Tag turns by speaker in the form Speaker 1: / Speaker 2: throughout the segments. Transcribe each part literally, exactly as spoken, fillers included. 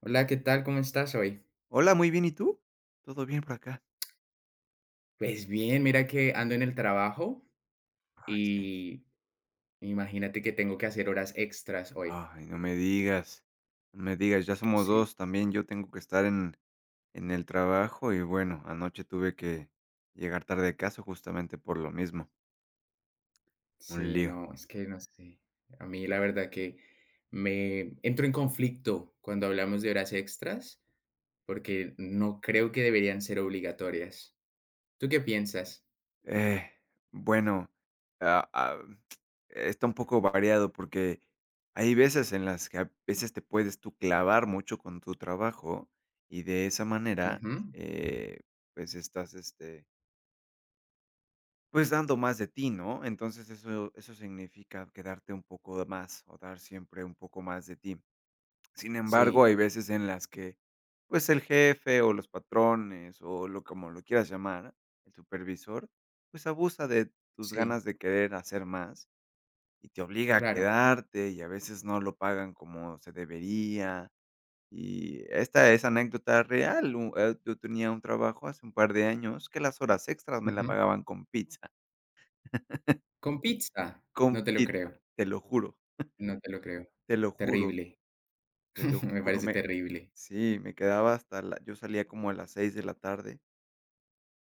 Speaker 1: Hola, ¿qué tal? ¿Cómo estás hoy?
Speaker 2: Hola, muy bien, ¿y tú? Todo bien por acá.
Speaker 1: Pues bien, mira que ando en el trabajo
Speaker 2: Ay, sí.
Speaker 1: y imagínate que tengo que hacer horas extras hoy.
Speaker 2: Ay, no me digas, no me digas, ya somos
Speaker 1: Sí,
Speaker 2: dos, también yo tengo que estar en en el trabajo y bueno, anoche tuve que llegar tarde a casa justamente por lo mismo, un
Speaker 1: sí,
Speaker 2: lío.
Speaker 1: no, es que no sé. A mí la verdad que me entro en conflicto cuando hablamos de horas extras porque no creo que deberían ser obligatorias. ¿Tú qué piensas?
Speaker 2: Eh, bueno, ah, ah, está un poco variado porque hay veces en las que a veces te puedes tú clavar mucho con tu trabajo y de esa manera,
Speaker 1: Ujú.
Speaker 2: eh, pues estás, este pues dando más de ti, ¿no? Entonces eso eso significa quedarte un poco de más o dar siempre un poco más de ti. Sin embargo,
Speaker 1: Sí,
Speaker 2: hay veces en las que, pues, el jefe o los patrones o lo como lo quieras llamar, el supervisor, pues, abusa de tus
Speaker 1: sí,
Speaker 2: ganas de querer hacer más y te obliga a
Speaker 1: claro.
Speaker 2: quedarte y a veces no lo pagan como se debería. Y esta
Speaker 1: Sí,
Speaker 2: es anécdota real, u eh, yo tenía un trabajo hace un par de años que las horas extras me la
Speaker 1: ujú.
Speaker 2: pagaban con pizza.
Speaker 1: Con pizza, no
Speaker 2: Con
Speaker 1: te lo creo,
Speaker 2: pita, te lo juro,
Speaker 1: no te lo creo.
Speaker 2: te lo juro,
Speaker 1: Terrible,
Speaker 2: te lo
Speaker 1: me
Speaker 2: juro,
Speaker 1: parece
Speaker 2: me
Speaker 1: terrible.
Speaker 2: sí, me quedaba hasta la yo salía como a las seis de la tarde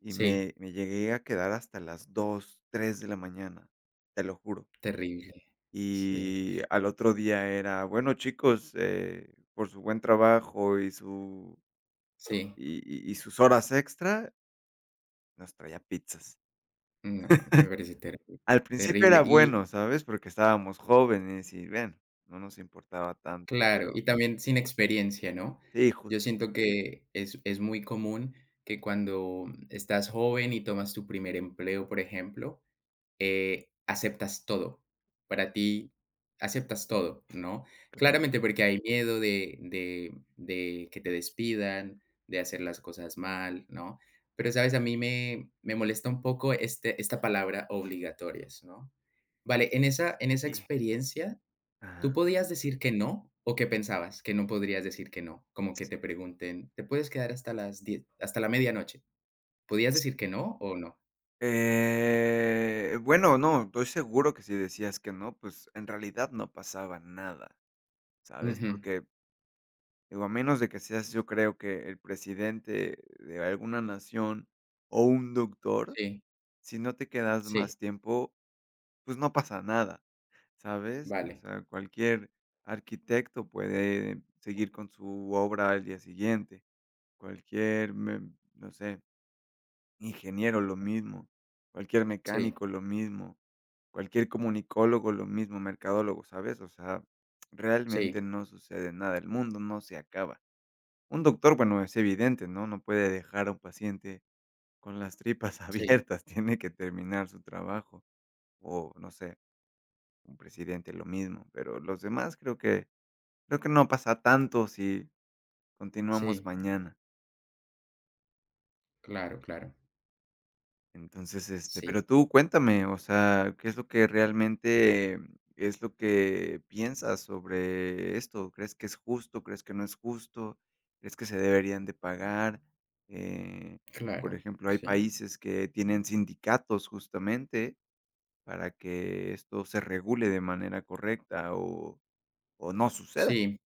Speaker 2: y
Speaker 1: Sí,
Speaker 2: me me llegué a quedar hasta las dos tres de la mañana, te lo juro.
Speaker 1: terrible. Sí,
Speaker 2: Y al otro día era: "Bueno, chicos, eh, por su buen trabajo y su
Speaker 1: sí.
Speaker 2: y y y sus horas extra", nos traía pizzas.
Speaker 1: No, me parece terrible,
Speaker 2: Al principio
Speaker 1: terrible.
Speaker 2: era
Speaker 1: Y
Speaker 2: bueno, ¿sabes? Porque estábamos jóvenes y, ven no nos importaba tanto,
Speaker 1: claro,
Speaker 2: pero
Speaker 1: y también sin experiencia, ¿no?
Speaker 2: sí,
Speaker 1: Yo
Speaker 2: justo,
Speaker 1: siento que es, es muy común que cuando estás joven y tomas tu primer empleo, por ejemplo, eh, aceptas todo. Para ti, aceptas todo, ¿no?
Speaker 2: claro,
Speaker 1: Claramente porque hay miedo de, de, de que te despidan, de hacer las cosas mal, ¿no? Pero, ¿sabes? A mí me, me molesta un poco este, esta palabra obligatorias, ¿no? Vale, en esa, en esa
Speaker 2: y
Speaker 1: experiencia,
Speaker 2: ajá.
Speaker 1: ¿tú podías decir que no? ¿O qué pensabas? Que no podrías decir que no. Como que te pregunten, ¿te puedes quedar hasta las diez hasta la medianoche? ¿Podías decir que no o no?
Speaker 2: Eh, bueno, no, estoy seguro que si decías que no, pues en realidad no pasaba nada, ¿sabes?
Speaker 1: Ujú.
Speaker 2: Porque, digo, a menos de que seas, yo creo que el presidente de alguna nación o un doctor,
Speaker 1: Sí,
Speaker 2: si no te quedas
Speaker 1: sí,
Speaker 2: más tiempo, pues no pasa nada, ¿sabes? O
Speaker 1: vale.
Speaker 2: sea, cualquier arquitecto puede seguir con su obra al día siguiente, cualquier, mm, no sé, ingeniero, lo mismo, cualquier
Speaker 1: Sí,
Speaker 2: mecánico, lo mismo, cualquier comunicólogo, lo mismo, mercadólogo, ¿sabes? O sea, realmente
Speaker 1: sí,
Speaker 2: no sucede nada, el mundo no se acaba. Un doctor, bueno, es evidente, ¿no? No puede dejar a un paciente con las tripas
Speaker 1: sí,
Speaker 2: abiertas, tiene que terminar su trabajo. O, no sé, un presidente, lo mismo. Pero los demás creo que, creo que no pasa tanto si continuamos
Speaker 1: sí,
Speaker 2: mañana.
Speaker 1: claro, claro,
Speaker 2: Entonces, este, pero
Speaker 1: sí,
Speaker 2: tú cuéntame, o sea, ¿qué es lo que realmente es lo que piensas sobre esto? ¿Crees que es justo? ¿Crees que no es justo? ¿Crees que se deberían de pagar? Eh, por
Speaker 1: claro,
Speaker 2: ejemplo, hay
Speaker 1: sí,
Speaker 2: países que tienen sindicatos justamente para que esto se regule de manera correcta o, o no suceda.
Speaker 1: sí,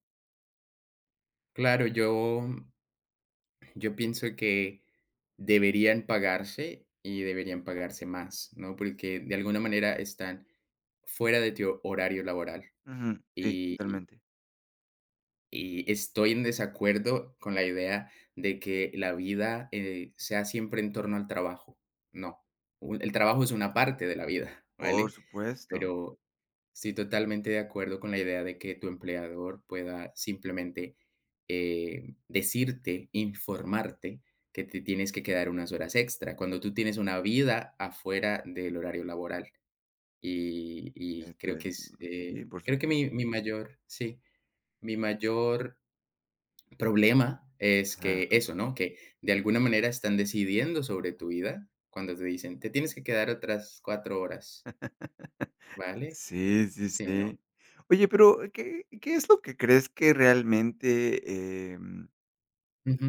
Speaker 1: claro, yo, yo pienso que deberían pagarse y deberían pagarse más, ¿no? Porque de alguna manera están fuera de tu horario laboral
Speaker 2: Ujú, sí,
Speaker 1: y,
Speaker 2: totalmente.
Speaker 1: y estoy en desacuerdo con la idea de que la vida eh, sea siempre en torno al trabajo, no, un- el trabajo es una parte de la vida,
Speaker 2: Por
Speaker 1: ¿vale?
Speaker 2: supuesto.
Speaker 1: Pero estoy totalmente de acuerdo con la idea de que tu empleador pueda simplemente eh, decirte, informarte que te tienes que quedar unas horas extra, cuando tú tienes una vida afuera del horario laboral. Y, y
Speaker 2: Este,
Speaker 1: creo que es, eh,
Speaker 2: sí, por
Speaker 1: creo que mi, mi mayor, sí, mi mayor problema es que
Speaker 2: supuesto.
Speaker 1: eso, ¿no? Que de alguna manera están decidiendo sobre tu vida cuando te dicen, te tienes que quedar otras cuatro horas, ¿vale?
Speaker 2: Sí, sí,
Speaker 1: Sí, ¿no?
Speaker 2: sí. Oye, pero, ¿qué qué es lo que crees que realmente, em
Speaker 1: Ujú.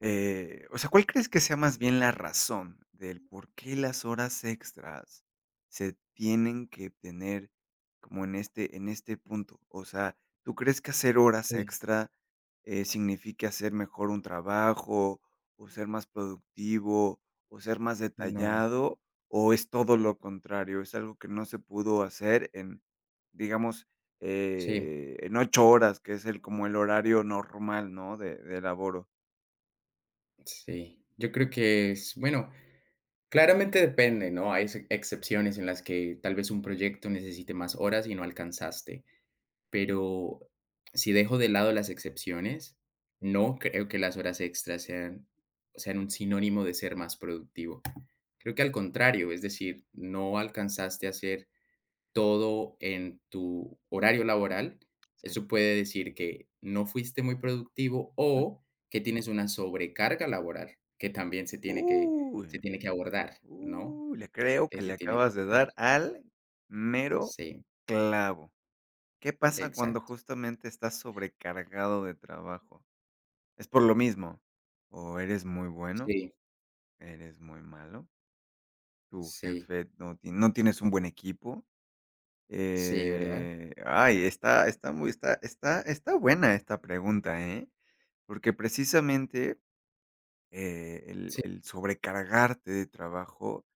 Speaker 2: eh, o sea, ¿cuál crees que sea más bien la razón del por qué las horas extras se tienen que tener como en este en este punto? O sea, ¿tú crees que hacer horas
Speaker 1: Sí.
Speaker 2: extra, eh, signifique hacer mejor un trabajo, o ser más productivo, o ser más
Speaker 1: No,
Speaker 2: detallado, o es todo lo contrario? ¿Es algo que no se pudo hacer en, digamos,
Speaker 1: sí,
Speaker 2: eh, en ocho horas, que es el como el horario normal, no? De de laboro.
Speaker 1: sí. Yo creo que es, bueno, claramente depende, ¿no? Hay ex- excepciones en las que tal vez un proyecto necesite más horas y no alcanzaste, pero si dejo de lado las excepciones, no creo que las horas extras sean, sean un sinónimo de ser más productivo. Creo que al contrario, es decir, no alcanzaste a hacer todo en tu horario laboral,
Speaker 2: Sí.
Speaker 1: eso puede decir que no fuiste muy productivo o que tienes una sobrecarga laboral, que también se tiene que
Speaker 2: Uy,
Speaker 1: se tiene que abordar, ¿no?
Speaker 2: uy, le creo
Speaker 1: Que
Speaker 2: que
Speaker 1: se
Speaker 2: le
Speaker 1: tiene que
Speaker 2: acabas de
Speaker 1: abordar.
Speaker 2: dar al mero
Speaker 1: Sí,
Speaker 2: clavo. ¿Qué pasa cuando
Speaker 1: exacto.
Speaker 2: justamente estás sobrecargado de trabajo? ¿Es por lo mismo? ¿O eres muy bueno,
Speaker 1: Sí,
Speaker 2: eres muy malo? ¿Tu
Speaker 1: sí,
Speaker 2: jefe no ti no tienes un buen equipo?
Speaker 1: sí, ¿verdad?
Speaker 2: Eh, ay, está está muy está está está buena esta pregunta, ¿eh? Porque precisamente, eh, el
Speaker 1: Sí,
Speaker 2: el sobrecargarte de trabajo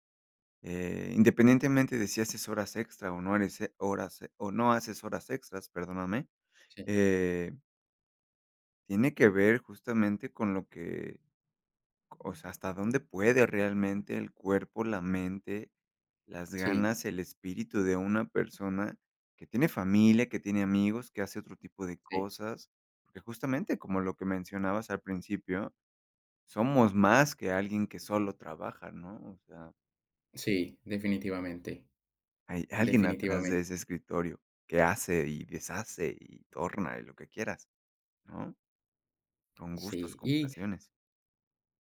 Speaker 2: Eh, independientemente de si haces horas extra o no eres e- horas e- o no haces horas extras, perdóname,
Speaker 1: sí,
Speaker 2: eh, tiene que ver justamente con lo que, o sea, hasta dónde puede realmente el cuerpo, la mente, las
Speaker 1: sí,
Speaker 2: ganas, el espíritu de una persona que tiene familia, que tiene amigos, que hace otro tipo de
Speaker 1: sí,
Speaker 2: cosas, porque justamente como lo que mencionabas al principio, somos más que alguien que solo trabaja, ¿no? O sea,
Speaker 1: sí, definitivamente,
Speaker 2: hay alguien atrás de
Speaker 1: definitivamente,
Speaker 2: ese escritorio que hace y deshace y torna y lo que quieras, ¿no? Con gustos,
Speaker 1: sí.
Speaker 2: con
Speaker 1: Y
Speaker 2: pasiones.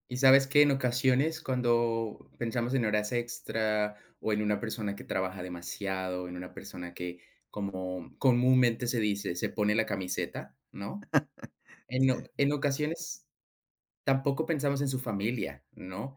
Speaker 1: y sabes que en ocasiones cuando pensamos en horas extra o en una persona que trabaja demasiado, en una persona que, como comúnmente se dice, se pone la camiseta, ¿no? En o
Speaker 2: Sí.
Speaker 1: en ocasiones tampoco pensamos en su familia, ¿no?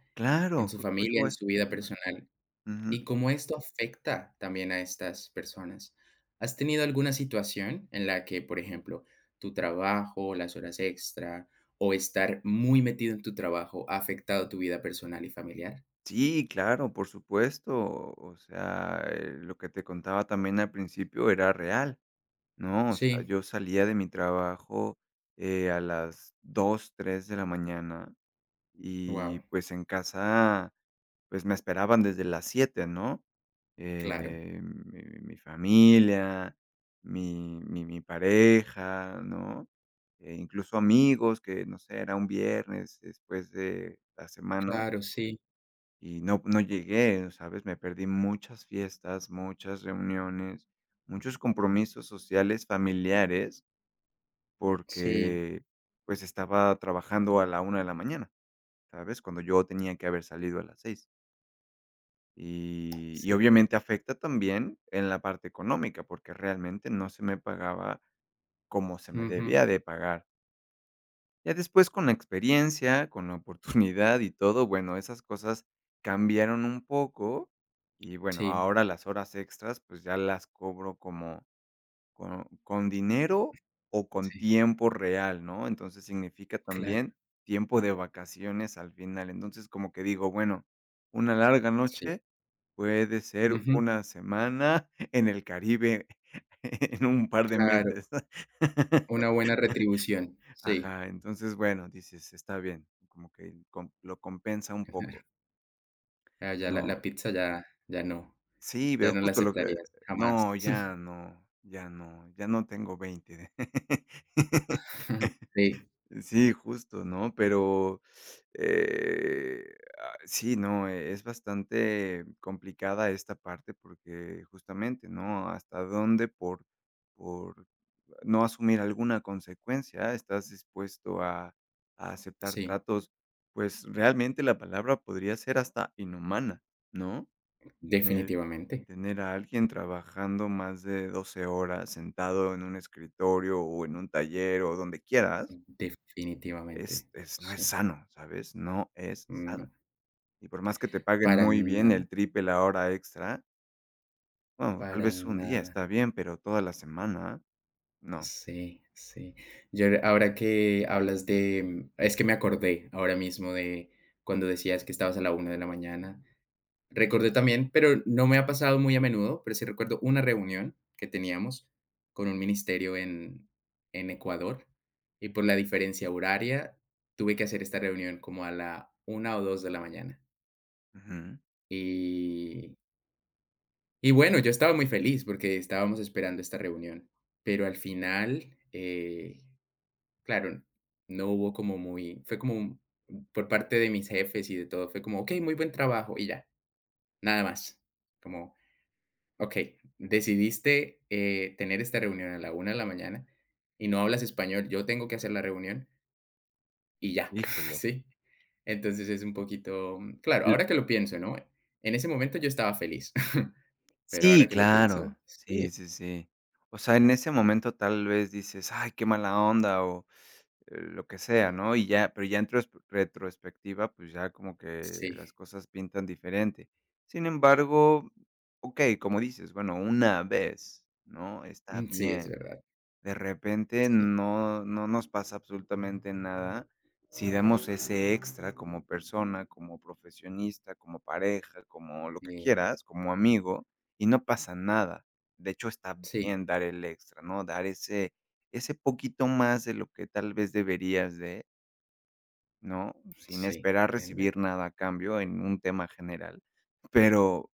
Speaker 1: En
Speaker 2: Claro,
Speaker 1: su
Speaker 2: ju por
Speaker 1: familia, en su
Speaker 2: supuesto.
Speaker 1: vida
Speaker 2: Claro.
Speaker 1: personal.
Speaker 2: Ujú.
Speaker 1: ¿Y cómo esto afecta también a estas personas? ¿Has tenido alguna situación en la que, por ejemplo, tu trabajo, las horas extra o estar muy metido en tu trabajo ha afectado tu vida personal y familiar?
Speaker 2: Sí, claro, por supuesto. O sea, eh, lo que te contaba también al principio era real, ¿no? O sea,
Speaker 1: Sí,
Speaker 2: yo salía de mi trabajo, eh, a las dos, tres de la mañana. Y,
Speaker 1: wow,
Speaker 2: pues, en casa, pues, me esperaban desde las siete, ¿no?
Speaker 1: claro,
Speaker 2: Eh, mi mi familia, mi mi mi pareja, ¿no? Eh, incluso amigos que, no sé, era un viernes después de la semana
Speaker 1: claro, sí,
Speaker 2: y no no llegué, ¿sabes? Me perdí muchas fiestas, muchas reuniones, muchos compromisos sociales, familiares,
Speaker 1: sí,
Speaker 2: porque, pues, estaba trabajando a la una de la mañana. ¿Sabes? Cuando yo tenía que haber salido a las seis. Y y
Speaker 1: sí,
Speaker 2: obviamente afecta también en la parte económica, porque realmente no se me pagaba como se me
Speaker 1: ujú,
Speaker 2: debía de pagar. Ya después con la experiencia, con la oportunidad y todo, bueno, esas cosas cambiaron un poco y, bueno,
Speaker 1: sí,
Speaker 2: ahora las horas extras, pues, ya las cobro como con con dinero o con
Speaker 1: sí,
Speaker 2: tiempo real, ¿no? Entonces, significa
Speaker 1: claro,
Speaker 2: también tiempo de vacaciones al final. Entonces, como que digo, bueno, una larga
Speaker 1: sí,
Speaker 2: noche puede ser
Speaker 1: ujú,
Speaker 2: una semana en el Caribe en un par de
Speaker 1: claro,
Speaker 2: meses.
Speaker 1: una buena retribución, sí,
Speaker 2: Ajá, entonces, bueno, dices, está bien, como que com lo compensa un
Speaker 1: claro,
Speaker 2: poco,
Speaker 1: ah, ya la la
Speaker 2: ¿no?
Speaker 1: pizza ya ya no,
Speaker 2: Sí,
Speaker 1: ya
Speaker 2: pero
Speaker 1: no la
Speaker 2: justo lo que
Speaker 1: aceptarías jamás.
Speaker 2: no, ya no, ya no, ya no tengo veinte.
Speaker 1: Sí.
Speaker 2: Sí, justo, ¿no? Pero, eh, ah, sí, no, eh, es bastante complicada esta parte porque justamente, ¿no? Hasta dónde por, por no asumir alguna consecuencia estás dispuesto a, a aceptar
Speaker 1: Sí,
Speaker 2: tratos, pues realmente la palabra podría ser hasta inhumana, ¿no? Tener,
Speaker 1: definitivamente,
Speaker 2: tener a alguien trabajando más de doce horas sentado en un escritorio o en un taller o donde quieras es
Speaker 1: definitivamente,
Speaker 2: es no es
Speaker 1: sí,
Speaker 2: sano, ¿sabes? No es
Speaker 1: no,
Speaker 2: sano. Y por más que te paguen
Speaker 1: para
Speaker 2: muy bien,
Speaker 1: nada,
Speaker 2: el triple la hora extra, bueno, tal
Speaker 1: para
Speaker 2: vez un día
Speaker 1: nada,
Speaker 2: está bien, pero toda la semana, no.
Speaker 1: sí, sí. Yo ahora ahora que hablas de mm, es que me acordé ahora mismo de cuando decías que estabas a la una de la mañana. Recordé también, pero no me ha pasado muy a menudo, pero sí recuerdo una reunión que teníamos con un ministerio en en Ecuador, y por la diferencia horaria tuve que hacer esta reunión como a la una o dos de la mañana.
Speaker 2: Ujú.
Speaker 1: Y y bueno, yo estaba muy feliz porque estábamos esperando esta reunión, pero al final, eh, claro, no hubo como muy fue como un por parte de mis jefes y de todo, fue como: "Okey, muy buen trabajo", y ya, nada más. Como: "Okey, decidiste, eh, tener esta reunión a la una de la mañana y no hablas español, yo tengo que hacer la reunión y ya",
Speaker 2: Híjole.
Speaker 1: ¿sí? Entonces es un poquito claro,
Speaker 2: L
Speaker 1: ahora que lo pienso, ¿no? En ese momento yo estaba feliz. Pero ahora
Speaker 2: Sí,
Speaker 1: que lo pienso,
Speaker 2: claro.
Speaker 1: sí.
Speaker 2: Sí, sí, sí. O sea, en ese momento tal vez dices: "Ay, qué mala onda", o Eh, lo que sea,
Speaker 1: Sí.
Speaker 2: ¿no? Y ya, pero ya en tros retrospectiva, pues, ya como que las
Speaker 1: Sí,
Speaker 2: cosas pintan diferente. Sin embargo, okey, como dices, bueno, una vez, ¿no? Está
Speaker 1: mm, sí, es
Speaker 2: bien. eh,
Speaker 1: verdad,
Speaker 2: De repente
Speaker 1: sí,
Speaker 2: no no nos pasa absolutamente nada si damos ese extra como persona, como profesionista, como pareja, como lo que
Speaker 1: eh,
Speaker 2: quieras, como amigo, y no pasa nada. De hecho, está
Speaker 1: sí,
Speaker 2: bien dar el extra, ¿no? Dar ese ese poquito más de lo que tal vez deberías de, ¿no? Sin
Speaker 1: sí,
Speaker 2: esperar
Speaker 1: en la
Speaker 2: recibir nada a cambio en un tema general. Pero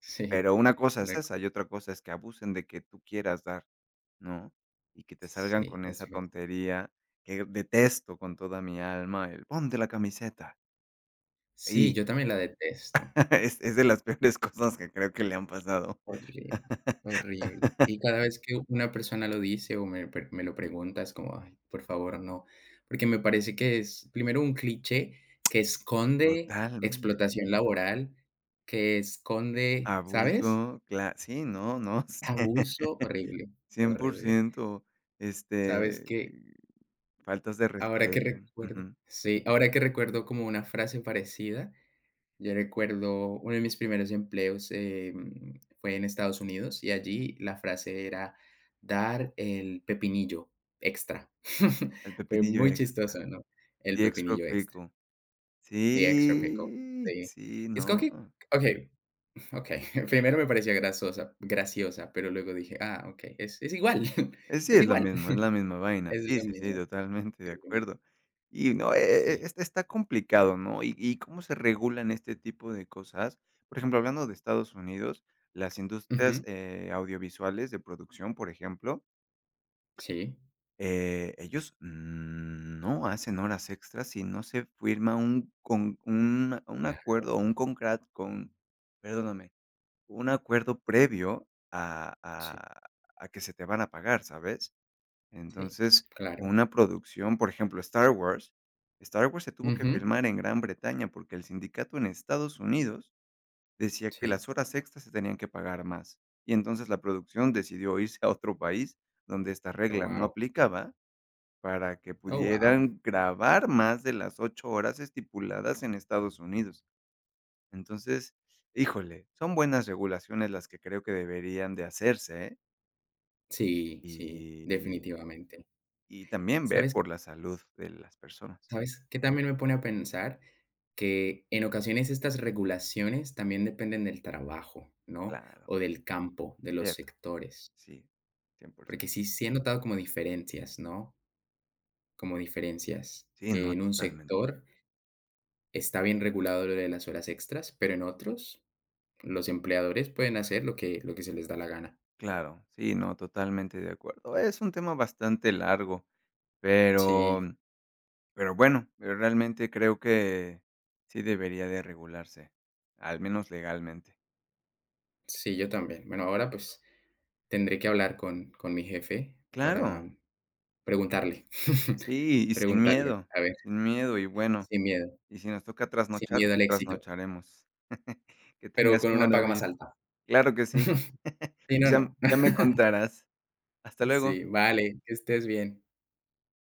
Speaker 1: sí,
Speaker 2: pero una cosa es
Speaker 1: la
Speaker 2: esa, y otra cosa es que abusen de que tú quieras dar, ¿no? Y que te salgan
Speaker 1: sí,
Speaker 2: con
Speaker 1: es
Speaker 2: esa
Speaker 1: verdad.
Speaker 2: tontería que detesto con toda mi alma, el ponte la camiseta.
Speaker 1: Sí,
Speaker 2: Y
Speaker 1: yo también la detesto,
Speaker 2: es es de las peores cosas que creo que le han pasado.
Speaker 1: horrible, horrible. Y cada vez que una persona lo dice o me pre me lo pregunta, es como: "Ay, por favor, no", porque me parece que es, primero, un cliché que esconde
Speaker 2: Totalmente.
Speaker 1: explotación laboral, que esconde, ¿sabes?
Speaker 2: Abuso, cla sí, no, no,
Speaker 1: Abuso, horrible,
Speaker 2: cien por
Speaker 1: horrible.
Speaker 2: ciento,
Speaker 1: ¿Sabes
Speaker 2: este.
Speaker 1: qué?
Speaker 2: Faltas de
Speaker 1: Ahora que
Speaker 2: respeto,
Speaker 1: recuerdo
Speaker 2: ujú,
Speaker 1: sí, ahora que recuerdo como una frase parecida, yo recuerdo uno de mis primeros empleos, em, fue en Estados Unidos y allí la frase era dar el pepinillo extra.
Speaker 2: el
Speaker 1: Fue
Speaker 2: pepinillo
Speaker 1: muy
Speaker 2: extra,
Speaker 1: chistoso, ¿no? El
Speaker 2: y extra
Speaker 1: pepinillo extra,
Speaker 2: pico.
Speaker 1: the extra pickle,
Speaker 2: Sí,
Speaker 1: sí.
Speaker 2: sí,
Speaker 1: Es como
Speaker 2: no,
Speaker 1: que okey, okey. Primero me parecía grasosa graciosa, pero luego dije: "Ah, okey, es es igual,
Speaker 2: eh, sí,
Speaker 1: es
Speaker 2: es la
Speaker 1: igual".
Speaker 2: misma, es la misma vaina.
Speaker 1: Es
Speaker 2: Sí,
Speaker 1: lo
Speaker 2: sí, sí,
Speaker 1: mismo,
Speaker 2: totalmente
Speaker 1: es
Speaker 2: de
Speaker 1: lo mismo,
Speaker 2: acuerdo. Y no, e e
Speaker 1: sí.
Speaker 2: e está está complicado, ¿no? ¿Y y cómo se regulan este tipo de cosas? Por ejemplo, hablando de Estados Unidos, las industrias, eh, audiovisuales de producción, por ejemplo,
Speaker 1: Sí,
Speaker 2: Eh, ellos no hacen horas extras si no se firma un con un un
Speaker 1: la
Speaker 2: acuerdo o un concrat con perdóname, un acuerdo previo a
Speaker 1: sí,
Speaker 2: a a que se te van a pagar, ¿sabes?
Speaker 1: sí,
Speaker 2: Entonces,
Speaker 1: claro.
Speaker 2: una producción, por ejemplo, Star Wars, Star Wars se tuvo que
Speaker 1: Ujú,
Speaker 2: filmar en Gran Bretaña porque el sindicato en Estados Unidos decía que
Speaker 1: sí.
Speaker 2: las horas extras se tenían que pagar más. Y entonces la producción decidió irse a otro país donde esta
Speaker 1: Oh,
Speaker 2: regla no
Speaker 1: wow.
Speaker 2: aplicaba para que
Speaker 1: Oh, wow.
Speaker 2: pudieran grabar más de las ocho horas estipuladas en Estados Unidos. Entonces, híjole, son buenas regulaciones las que creo que deberían de hacerse, ¿eh?
Speaker 1: Sí, sí,
Speaker 2: Y
Speaker 1: definitivamente.
Speaker 2: y también ver
Speaker 1: ¿Sabes
Speaker 2: por la salud de las personas.
Speaker 1: ¿Sabes qué también me pone a pensar? Que en ocasiones estas regulaciones también dependen del trabajo, ¿no?
Speaker 2: Claro,
Speaker 1: O del campo, de los
Speaker 2: cierto,
Speaker 1: sectores,
Speaker 2: sí, cien por
Speaker 1: porque
Speaker 2: ciento,
Speaker 1: sí sí he notado como diferencias, ¿no? Como diferencias,
Speaker 2: sí,
Speaker 1: que
Speaker 2: no,
Speaker 1: en un
Speaker 2: totalmente.
Speaker 1: sector está bien regulado lo de las horas extras, pero en otros los empleadores pueden hacer lo que lo que se les da la gana.
Speaker 2: Claro, sí, no, totalmente de acuerdo. Es un tema bastante largo, pero
Speaker 1: Sí,
Speaker 2: Pero bueno, pero realmente creo que sí debería de regularse, al menos legalmente.
Speaker 1: sí, yo también. Bueno, ahora pues tendré que hablar con, con mi jefe
Speaker 2: Claro,
Speaker 1: para preguntarle,
Speaker 2: sí, y sin
Speaker 1: preguntarle,
Speaker 2: miedo,
Speaker 1: a ver,
Speaker 2: sin miedo y bueno,
Speaker 1: sin miedo,
Speaker 2: y si nos toca
Speaker 1: sin
Speaker 2: trasnochar,
Speaker 1: miedo al
Speaker 2: pues
Speaker 1: éxito,
Speaker 2: trasnocharemos. Que
Speaker 1: pero
Speaker 2: tengas
Speaker 1: con
Speaker 2: un
Speaker 1: una
Speaker 2: buen
Speaker 1: paga más
Speaker 2: día.
Speaker 1: alta.
Speaker 2: Claro que sí,
Speaker 1: Sí, no,
Speaker 2: ya
Speaker 1: no.
Speaker 2: ya me contarás. Hasta luego.
Speaker 1: Sí, vale, que estés bien.